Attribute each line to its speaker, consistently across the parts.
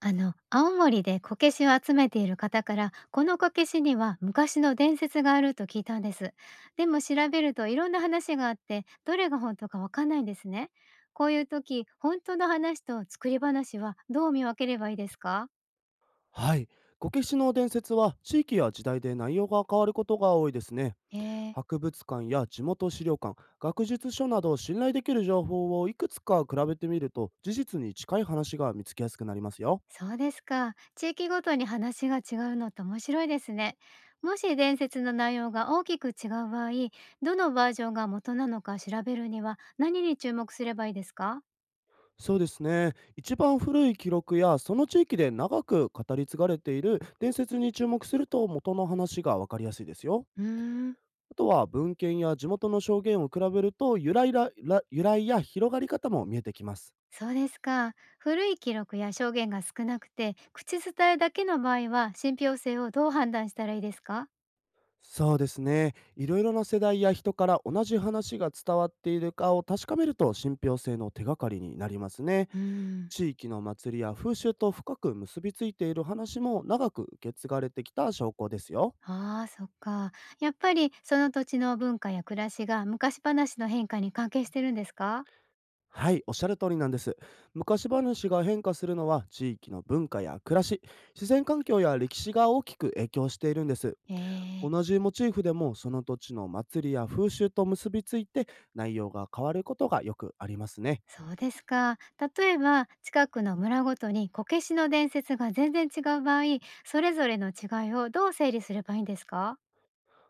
Speaker 1: 青森でこけしを集めている方から、このこけしには昔の伝説があると聞いたんです。でも、調べるといろんな話があって、どれが本当かわかんないんですね。こういう時、本当の話と作り話はどう見分ければいいですか？
Speaker 2: はい。こけしの伝説は地域や時代で内容が変わることが多いですね。
Speaker 1: えー、
Speaker 2: 博物館や地元資料館、学術書など信頼できる情報をいくつか比べてみると事実に近い話が見つけやすくなりますよ。
Speaker 1: そうですか。地域ごとに話が違うのって面白いですね。もし伝説の内容が大きく違う場合、どのバージョンが元なのか調べるには何に注目すればいいですか？
Speaker 2: そうですね。一番古い記録やその地域で長く語り継がれている伝説に注目すると元の話がわかりやすいですよ。
Speaker 1: うーん。
Speaker 2: あとは文献や地元の証言を比べると由来や広がり方も見えてきます。
Speaker 1: そうですか。古い記録や証言が少なくて、口伝えだけの場合は、信憑性をどう判断したらいいですか？
Speaker 2: そうですね。いろいろな世代や人から同じ話が伝わっているかを確かめると信憑性の手がかりになりますね。
Speaker 1: うーん。
Speaker 2: 地域の祭りや風習と深く結びついている話も長く受け継がれてきた証拠ですよ。
Speaker 1: ああ、そっか。やっぱりその土地の文化や暮らしが昔話の変化に関係してるんですか？
Speaker 2: はい、おっしゃる通りなんです。昔話が変化するのは地域の文化や暮らし、自然環境や歴史が大きく影響しているんです。
Speaker 1: えー、
Speaker 2: 同じモチーフでもその土地の祭りや風習と結びついて内容が変わることがよくありますね。
Speaker 1: そうですか。例えば、近くの村ごとにこけしの伝説が全然違う場合、それぞれの違いをどう整理すればいいんですか？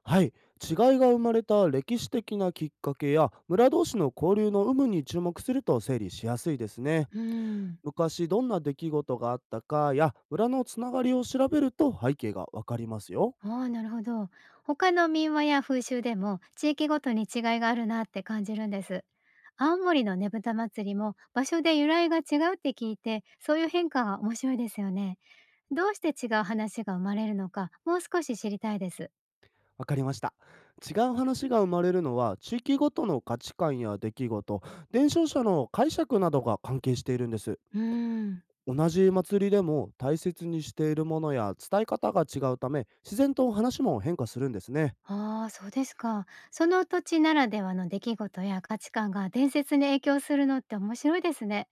Speaker 2: はい、違いが生まれた歴史的なきっかけや村同士の交流の有無に注目すると整理しやすいですね。
Speaker 1: うーん。
Speaker 2: 昔どんな出来事があったかや村のつながりを調べると背景がわかりますよ。
Speaker 1: ああ、なるほど。他の民話や風習でも地域ごとに違いがあるなって感じるんです。青森のねぶた祭りも場所で由来が違うって聞いて、そういう変化が面白いですよね。どうして違う話が生まれるのか、もう少し知りたいです。
Speaker 2: わかりました。違う話が生まれるのは地域ごとの価値観や出来事、伝承者の解釈などが関係しているんです。
Speaker 1: うーん、
Speaker 2: 同じ祭りでも大切にしているものや伝え方が違うため自然と話も変化するんですね。
Speaker 1: ああ、そうですか。その土地ならではの出来事や価値観が伝説に影響するのって面白いですね。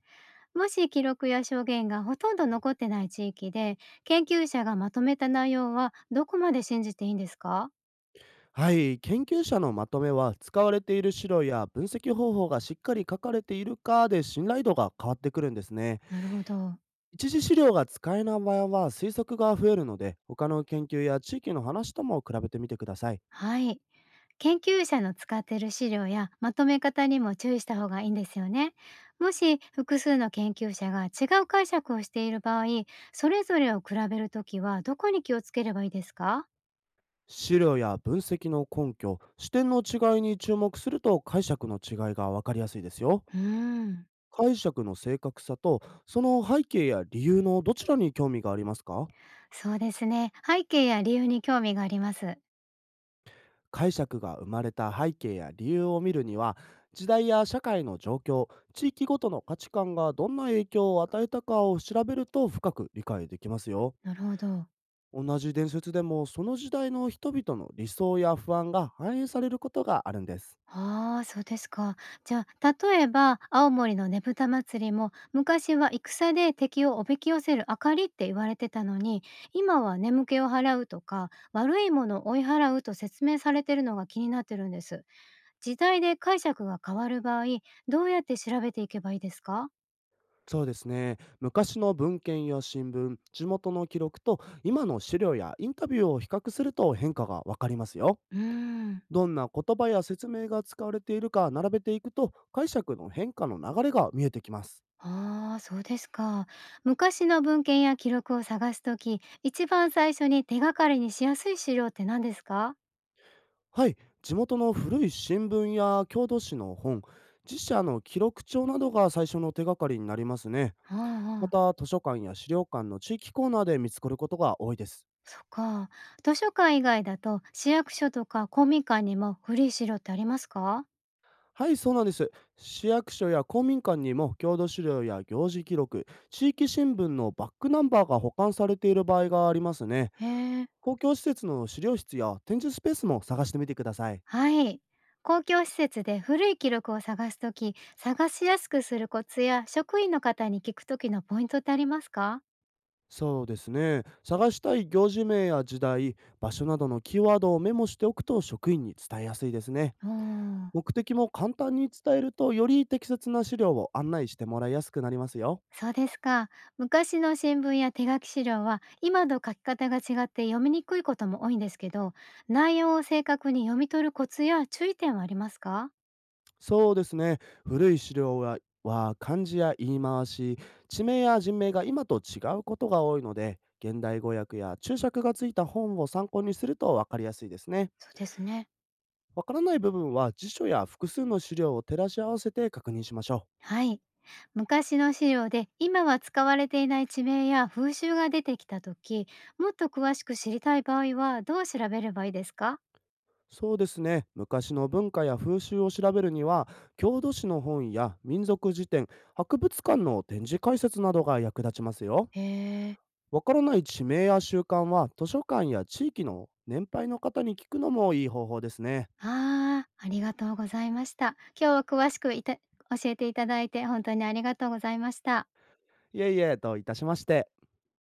Speaker 1: もし記録や証言がほとんど残ってない地域で、研究者がまとめた内容はどこまで信じていいんですか？
Speaker 2: はい、研究者のまとめは使われている資料や分析方法がしっかり書かれているかで信頼度が変わってくるんですね。
Speaker 1: なるほど。
Speaker 2: 一次資料が使えない場合は推測が増えるので他の研究や地域の話とも比べてみてください。
Speaker 1: はい。研究者の使っている資料やまとめ方にも注意した方がいいんですよね。もし複数の研究者が違う解釈をしている場合、それぞれを比べるときはどこに気をつければいいですか？
Speaker 2: 資料や分析の根拠、視点の違いに注目すると解釈の違いが分かりやすいですよ。
Speaker 1: うーん。
Speaker 2: 解釈の正確さとその背景や理由のどちらに興味がありますか？
Speaker 1: そうですね。背景や理由に興味があります。
Speaker 2: 解釈が生まれた背景や理由を見るには、時代や社会の状況、地域ごとの価値観がどんな影響を与えたかを調べると深く理解できますよ。
Speaker 1: なるほど。
Speaker 2: 同じ伝説でもその時代の人々の理想や不安が反映されることがあるんです。
Speaker 1: ああ、そうですか。じゃあ、例えば青森のねぶた祭りも、昔は戦で敵をおびき寄せる明かりって言われてたのに、今は眠気を払うとか、悪いものを追い払うと説明されてるのが気になってるんです。時代で解釈が変わる場合、どうやって調べていけばいいですか？
Speaker 2: そうですね。昔の文献や新聞、地元の記録と今の資料やインタビューを比較すると変化がわかりますよ。
Speaker 1: うーん。
Speaker 2: どんな言葉や説明が使われているか並べていくと解釈の変化の流れが見えてきます。
Speaker 1: ああ、そうですか。昔の文献や記録を探すとき、一番最初に手がかりにしやすい資料って何ですか？
Speaker 2: はい、地元の古い新聞や郷土史の本、自社の記録帳などが最初の手がかりになりますね。
Speaker 1: あ
Speaker 2: ま
Speaker 1: あああ、
Speaker 2: た図書館や資料館の地域コーナーで見つかることが多いです。
Speaker 1: そっか。図書館以外だと市役所とか公民館にも古い資料ってありますか？
Speaker 2: はい、そうなんです。市役所や公民館にも郷土資料や行事記録、地域新聞のバックナンバーが保管されている場合がありますね。
Speaker 1: へえ、
Speaker 2: 公共施設の資料室や展示スペースも探してみてください。
Speaker 1: はい。公共施設で古い記録を探すとき、探しやすくするコツや職員の方に聞くときのポイントってありますか？
Speaker 2: そうですね。探したい行事名や時代、場所などのキーワードをメモしておくと職員に伝えやすいですね。
Speaker 1: うん。
Speaker 2: 目的も簡単に伝えるとより適切な資料を案内してもらいやすくなりますよ。
Speaker 1: そうですか。昔の新聞や手書き資料は今と書き方が違って読みにくいことも多いんですけど、内容を正確に読み取るコツや注意点はありますか？
Speaker 2: そうですね。古い資料は漢字や言い回し、地名や人名が今と違うことが多いので、現代語訳や注釈がついた本を参考にすると分かりやすいですね。
Speaker 1: そうですね。
Speaker 2: わからない部分は辞書や複数の資料を照らし合わせて確認しましょう。
Speaker 1: はい。昔の資料で今は使われていない地名や風習が出てきた時、もっと詳しく知りたい場合はどう調べればいいですか？
Speaker 2: そうですね。昔の文化や風習を調べるには、郷土史の本や民族辞典、博物館の展示解説などが役立ちますよ。
Speaker 1: へえ、
Speaker 2: わからない地名や習慣は、図書館や地域の年配の方に聞くのもいい方法ですね。
Speaker 1: あー、ありがとうございました。今日は詳しくいた教えていただいて本当にありがとうございました。
Speaker 2: いえいえ、といたしまして。